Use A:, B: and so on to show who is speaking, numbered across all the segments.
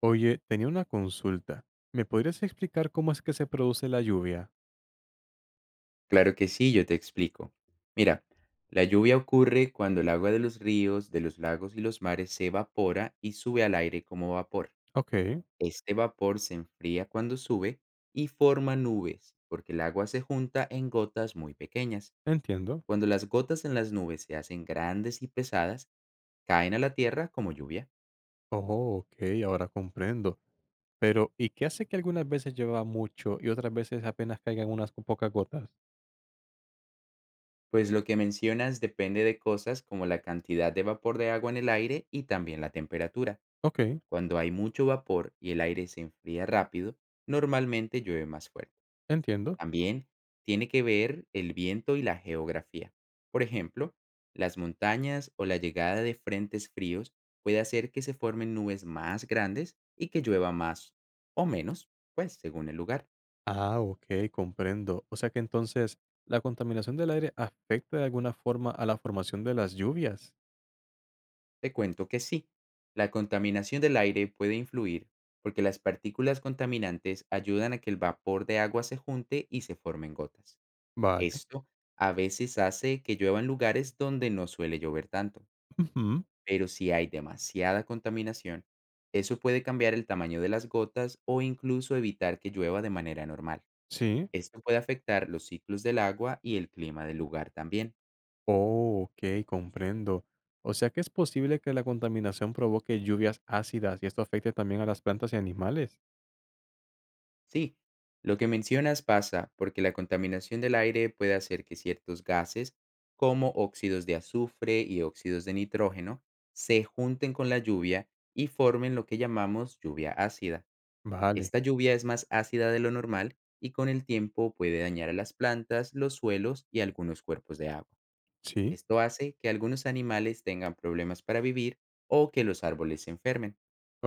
A: Oye, tenía una consulta. ¿Me podrías explicar cómo es que se produce la lluvia?
B: Claro que sí, yo te explico. Mira, la lluvia ocurre cuando el agua de los ríos, de los lagos y los mares se evapora y sube al aire como vapor.
A: Ok,
B: Este vapor se enfría cuando sube y forma nubes, porque el agua se junta en gotas muy pequeñas.
A: entiendo.
B: Cuando las gotas en las nubes se hacen grandes y pesadas, caen a la tierra como lluvia.
A: Oh, ok, ahora comprendo. Pero, ¿y qué hace que algunas veces llueva mucho y otras veces apenas caigan unas pocas gotas?
B: Pues lo que mencionas depende de cosas como la cantidad de vapor de agua en el aire y también la temperatura.
A: Ok,
B: Cuando hay mucho vapor y el aire se enfría rápido, normalmente llueve más fuerte.
A: entiendo.
B: También tiene que ver el viento y la geografía. Por ejemplo, las montañas o la llegada de frentes fríos puede hacer que se formen nubes más grandes y que llueva más o menos, pues según el lugar.
A: Ah, ok, comprendo. O sea que entonces, ¿la contaminación del aire afecta de alguna forma a la formación de las lluvias?
B: Te cuento que sí, la contaminación del aire puede influir porque las partículas contaminantes ayudan a que el vapor de agua se junte y se formen gotas.
A: Vale.
B: Esto a veces hace que llueva en lugares donde no suele llover tanto,
A: Ujú.
B: pero si hay demasiada contaminación, eso puede cambiar el tamaño de las gotas o incluso evitar que llueva de manera normal.
A: Sí.
B: Esto puede afectar los ciclos del agua y el clima del lugar también.
A: Oh, ok, comprendo. O sea que es posible que la contaminación provoque lluvias ácidas y esto afecte también a las plantas y animales.
B: Sí, lo que mencionas pasa porque la contaminación del aire puede hacer que ciertos gases, como óxidos de azufre y óxidos de nitrógeno, se junten con la lluvia y formen lo que llamamos lluvia ácida.
A: Vale,
B: Esta lluvia es más ácida de lo normal y, con el tiempo, puede dañar a las plantas, los suelos y algunos cuerpos de agua.
A: sí,
B: Esto hace que algunos animales tengan problemas para vivir o que los árboles se enfermen.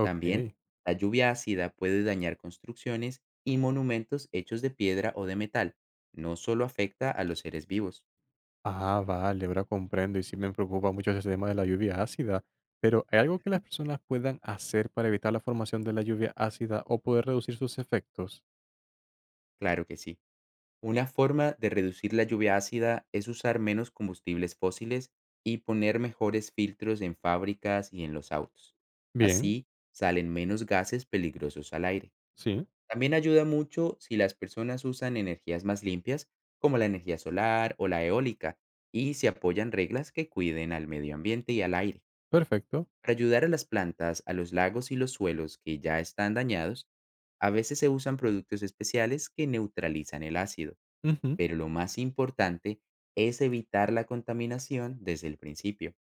B: También, la lluvia ácida puede dañar construcciones y monumentos hechos de piedra o de metal. No solo afecta a los seres vivos.
A: Ah, vale, ahora comprendo y sí me preocupa mucho ese tema de la lluvia ácida. Pero ¿hay algo que las
B: Ujú.
A: personas puedan hacer para evitar la formación de la lluvia ácida o poder reducir sus efectos?
B: Claro que sí. Una forma de reducir la lluvia ácida es usar menos combustibles fósiles y poner mejores filtros en fábricas y en los autos.
A: Bien,
B: Así salen menos gases peligrosos al aire.
A: sí,
B: También ayuda mucho si las personas usan energías más limpias, como la energía solar o la eólica, y se apoyan reglas que cuiden al medio ambiente y al aire.
A: perfecto.
B: Para ayudar a las plantas, a los lagos y los suelos que ya están dañados, a veces se usan productos especiales que neutralizan el ácido,
A: Ujú.
B: pero lo más importante es evitar la contaminación desde el principio.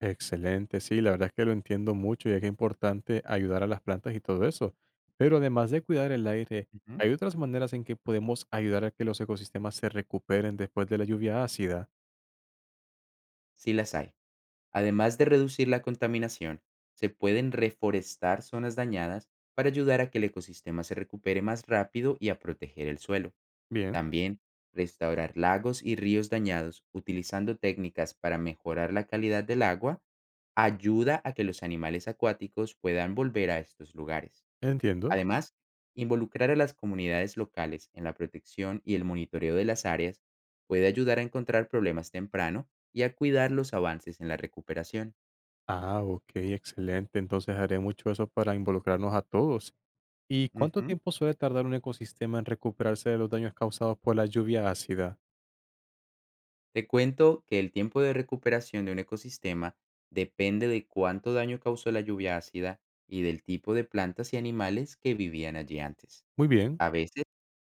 A: Excelente, sí, la verdad es que lo entiendo mucho y es que es importante ayudar a las plantas y todo eso. Pero además de cuidar el aire,
B: Ujú.
A: ¿hay otras maneras en que podemos ayudar a que los ecosistemas se recuperen después de la lluvia ácida?
B: Sí las hay. Además de reducir la contaminación, se pueden reforestar zonas dañadas para ayudar a que el ecosistema se recupere más rápido y a proteger el suelo.
A: Bien,
B: También, restaurar lagos y ríos dañados utilizando técnicas para mejorar la calidad del agua ayuda a que los animales acuáticos puedan volver a estos lugares.
A: entiendo.
B: Además, involucrar a las comunidades locales en la protección y el monitoreo de las áreas puede ayudar a encontrar problemas temprano y a cuidar los avances en la recuperación.
A: Ah, ok, excelente. Entonces haré mucho eso para involucrarnos a todos. ¿Y cuánto
B: Ujú.
A: tiempo suele tardar un ecosistema en recuperarse de los daños causados por la lluvia ácida?
B: Te cuento que el tiempo de recuperación de un ecosistema depende de cuánto daño causó la lluvia ácida y del tipo de plantas y animales que vivían allí antes.
A: Muy bien.
B: A veces,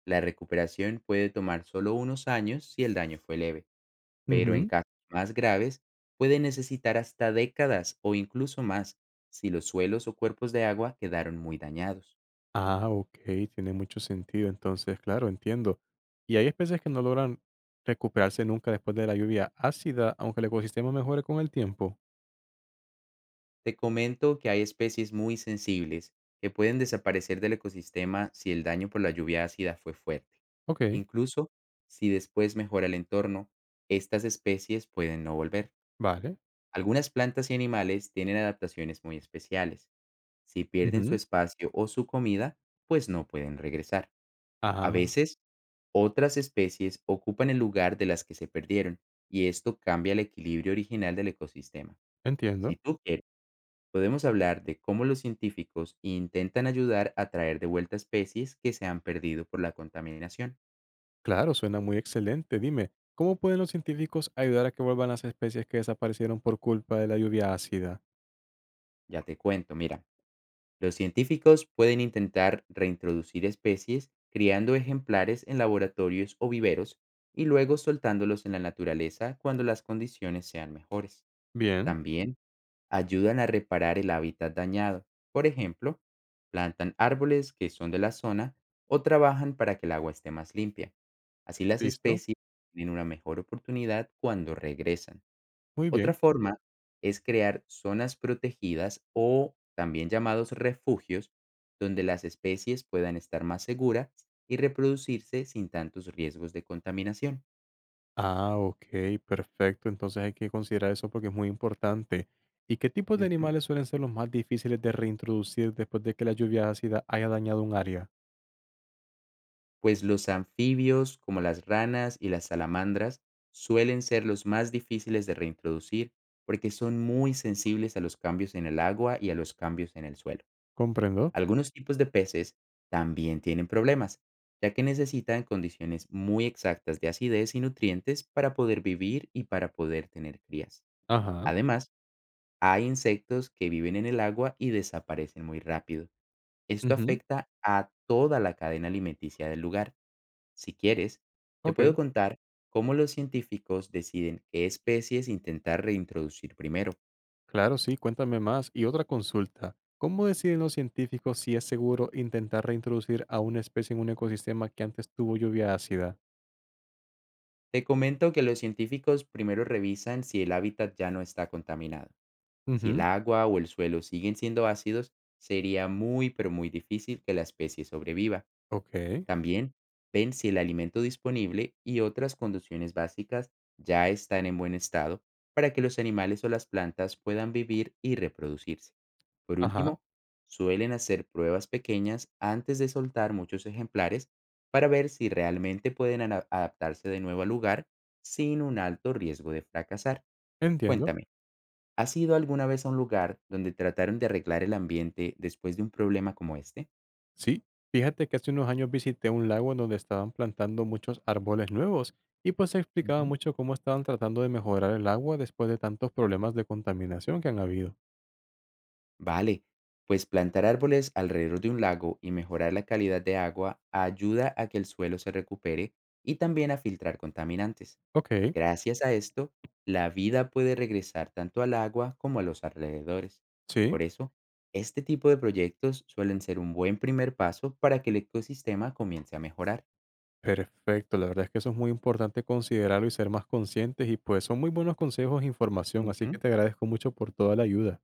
B: la recuperación puede tomar solo unos años si el daño fue leve, pero en
A: Ujú.
B: casos más graves puede necesitar hasta décadas o incluso más si los suelos o cuerpos de agua quedaron muy dañados.
A: Ah, ok, tiene mucho sentido. Entonces, claro, entiendo. Y hay especies que no logran recuperarse nunca después de la lluvia ácida, aunque el ecosistema mejore con el tiempo.
B: Te comento que hay especies muy sensibles que pueden desaparecer del ecosistema si el daño por la lluvia ácida fue fuerte.
A: Ok,
B: Incluso si después mejora el entorno, estas especies pueden no volver.
A: vale.
B: Algunas plantas y animales tienen adaptaciones muy especiales. Si pierden su
A: Ujú.
B: espacio o su comida, pues no pueden regresar.
A: Ajá,
B: A veces, otras especies ocupan el lugar de las que se perdieron y esto cambia el equilibrio original del ecosistema. Si
A: entiendo.
B: tú quieres, podemos hablar de cómo los científicos intentan ayudar a traer de vuelta especies que se han perdido por la contaminación.
A: Claro, suena muy excelente. Dime, ¿cómo pueden los científicos ayudar a que vuelvan las especies que desaparecieron por culpa de la lluvia ácida?
B: Ya te cuento, mira, los científicos pueden intentar reintroducir especies criando ejemplares en laboratorios o viveros y luego soltándolos en la naturaleza cuando las condiciones sean mejores.
A: Bien,
B: También ayudan a reparar el hábitat dañado. Por ejemplo, plantan árboles que son de la zona o trabajan para que el agua esté más limpia. Así, las
A: listo.
B: especies tienen una mejor oportunidad cuando regresan.
A: Muy
B: Otra
A: bien.
B: forma es crear zonas protegidas, o también llamados refugios, donde las especies puedan estar más seguras y reproducirse sin tantos riesgos de contaminación.
A: Ah, ok, perfecto. Entonces hay que considerar eso porque es muy importante. ¿Y qué tipos de
B: Ujú.
A: animales suelen ser los más difíciles de reintroducir después de que la lluvia ácida haya dañado un área?
B: Pues los anfibios, como las ranas y las salamandras, suelen ser los más difíciles de reintroducir porque son muy sensibles a los cambios en el agua y a los cambios en el suelo.
A: Comprendo.
B: Algunos tipos de peces también tienen problemas, ya que necesitan condiciones muy exactas de acidez y nutrientes para poder vivir y para poder tener crías.
A: Ajá.
B: Además, hay insectos que viven en el agua y desaparecen muy rápido. Esto
A: Ujú.
B: afecta a toda la cadena alimenticia del lugar. Si quieres, te
A: Ok.
B: puedo contar cómo los científicos deciden qué especies intentar reintroducir primero.
A: Claro, sí, cuéntame más. Y otra consulta. ¿Cómo deciden los científicos si es seguro intentar reintroducir a una especie en un ecosistema que antes tuvo lluvia ácida?
B: Te comento que los científicos primero revisan si el hábitat ya no está contaminado. Si el
A: Ujú.
B: agua o el suelo siguen siendo ácidos, sería muy pero muy difícil que la especie sobreviva.
A: Ok.
B: También ven si el alimento disponible y otras condiciones básicas ya están en buen estado para que los animales o las plantas puedan vivir y reproducirse. Por
A: Ajá.
B: último, suelen hacer pruebas pequeñas antes de soltar muchos ejemplares para ver si realmente pueden adaptarse de nuevo al lugar sin un alto riesgo de fracasar.
A: Entiendo.
B: Cuéntame, ¿has ido alguna vez a un lugar donde trataron de arreglar el ambiente después de un problema como este?
A: Sí, fíjate que hace unos años visité un lago en donde estaban plantando muchos árboles nuevos y pues se explicaba
B: Ujú.
A: mucho cómo estaban tratando de mejorar el agua después de tantos problemas de contaminación que han habido.
B: Vale, pues plantar árboles alrededor de un lago y mejorar la calidad de agua ayuda a que el suelo se recupere y también a filtrar contaminantes.
A: Ok,
B: Gracias a esto, la vida puede regresar tanto al agua como a los alrededores.
A: sí,
B: Por eso, este tipo de proyectos suelen ser un buen primer paso para que el ecosistema comience a mejorar.
A: perfecto. La verdad es que eso es muy importante considerarlo y ser más conscientes y pues son muy buenos consejos e información, así que
B: Ujú.
A: te agradezco mucho por toda la ayuda.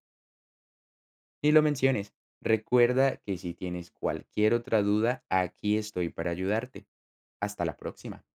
B: Ni lo menciones. Recuerda que, si tienes cualquier otra duda, aquí estoy para ayudarte. Hasta la próxima.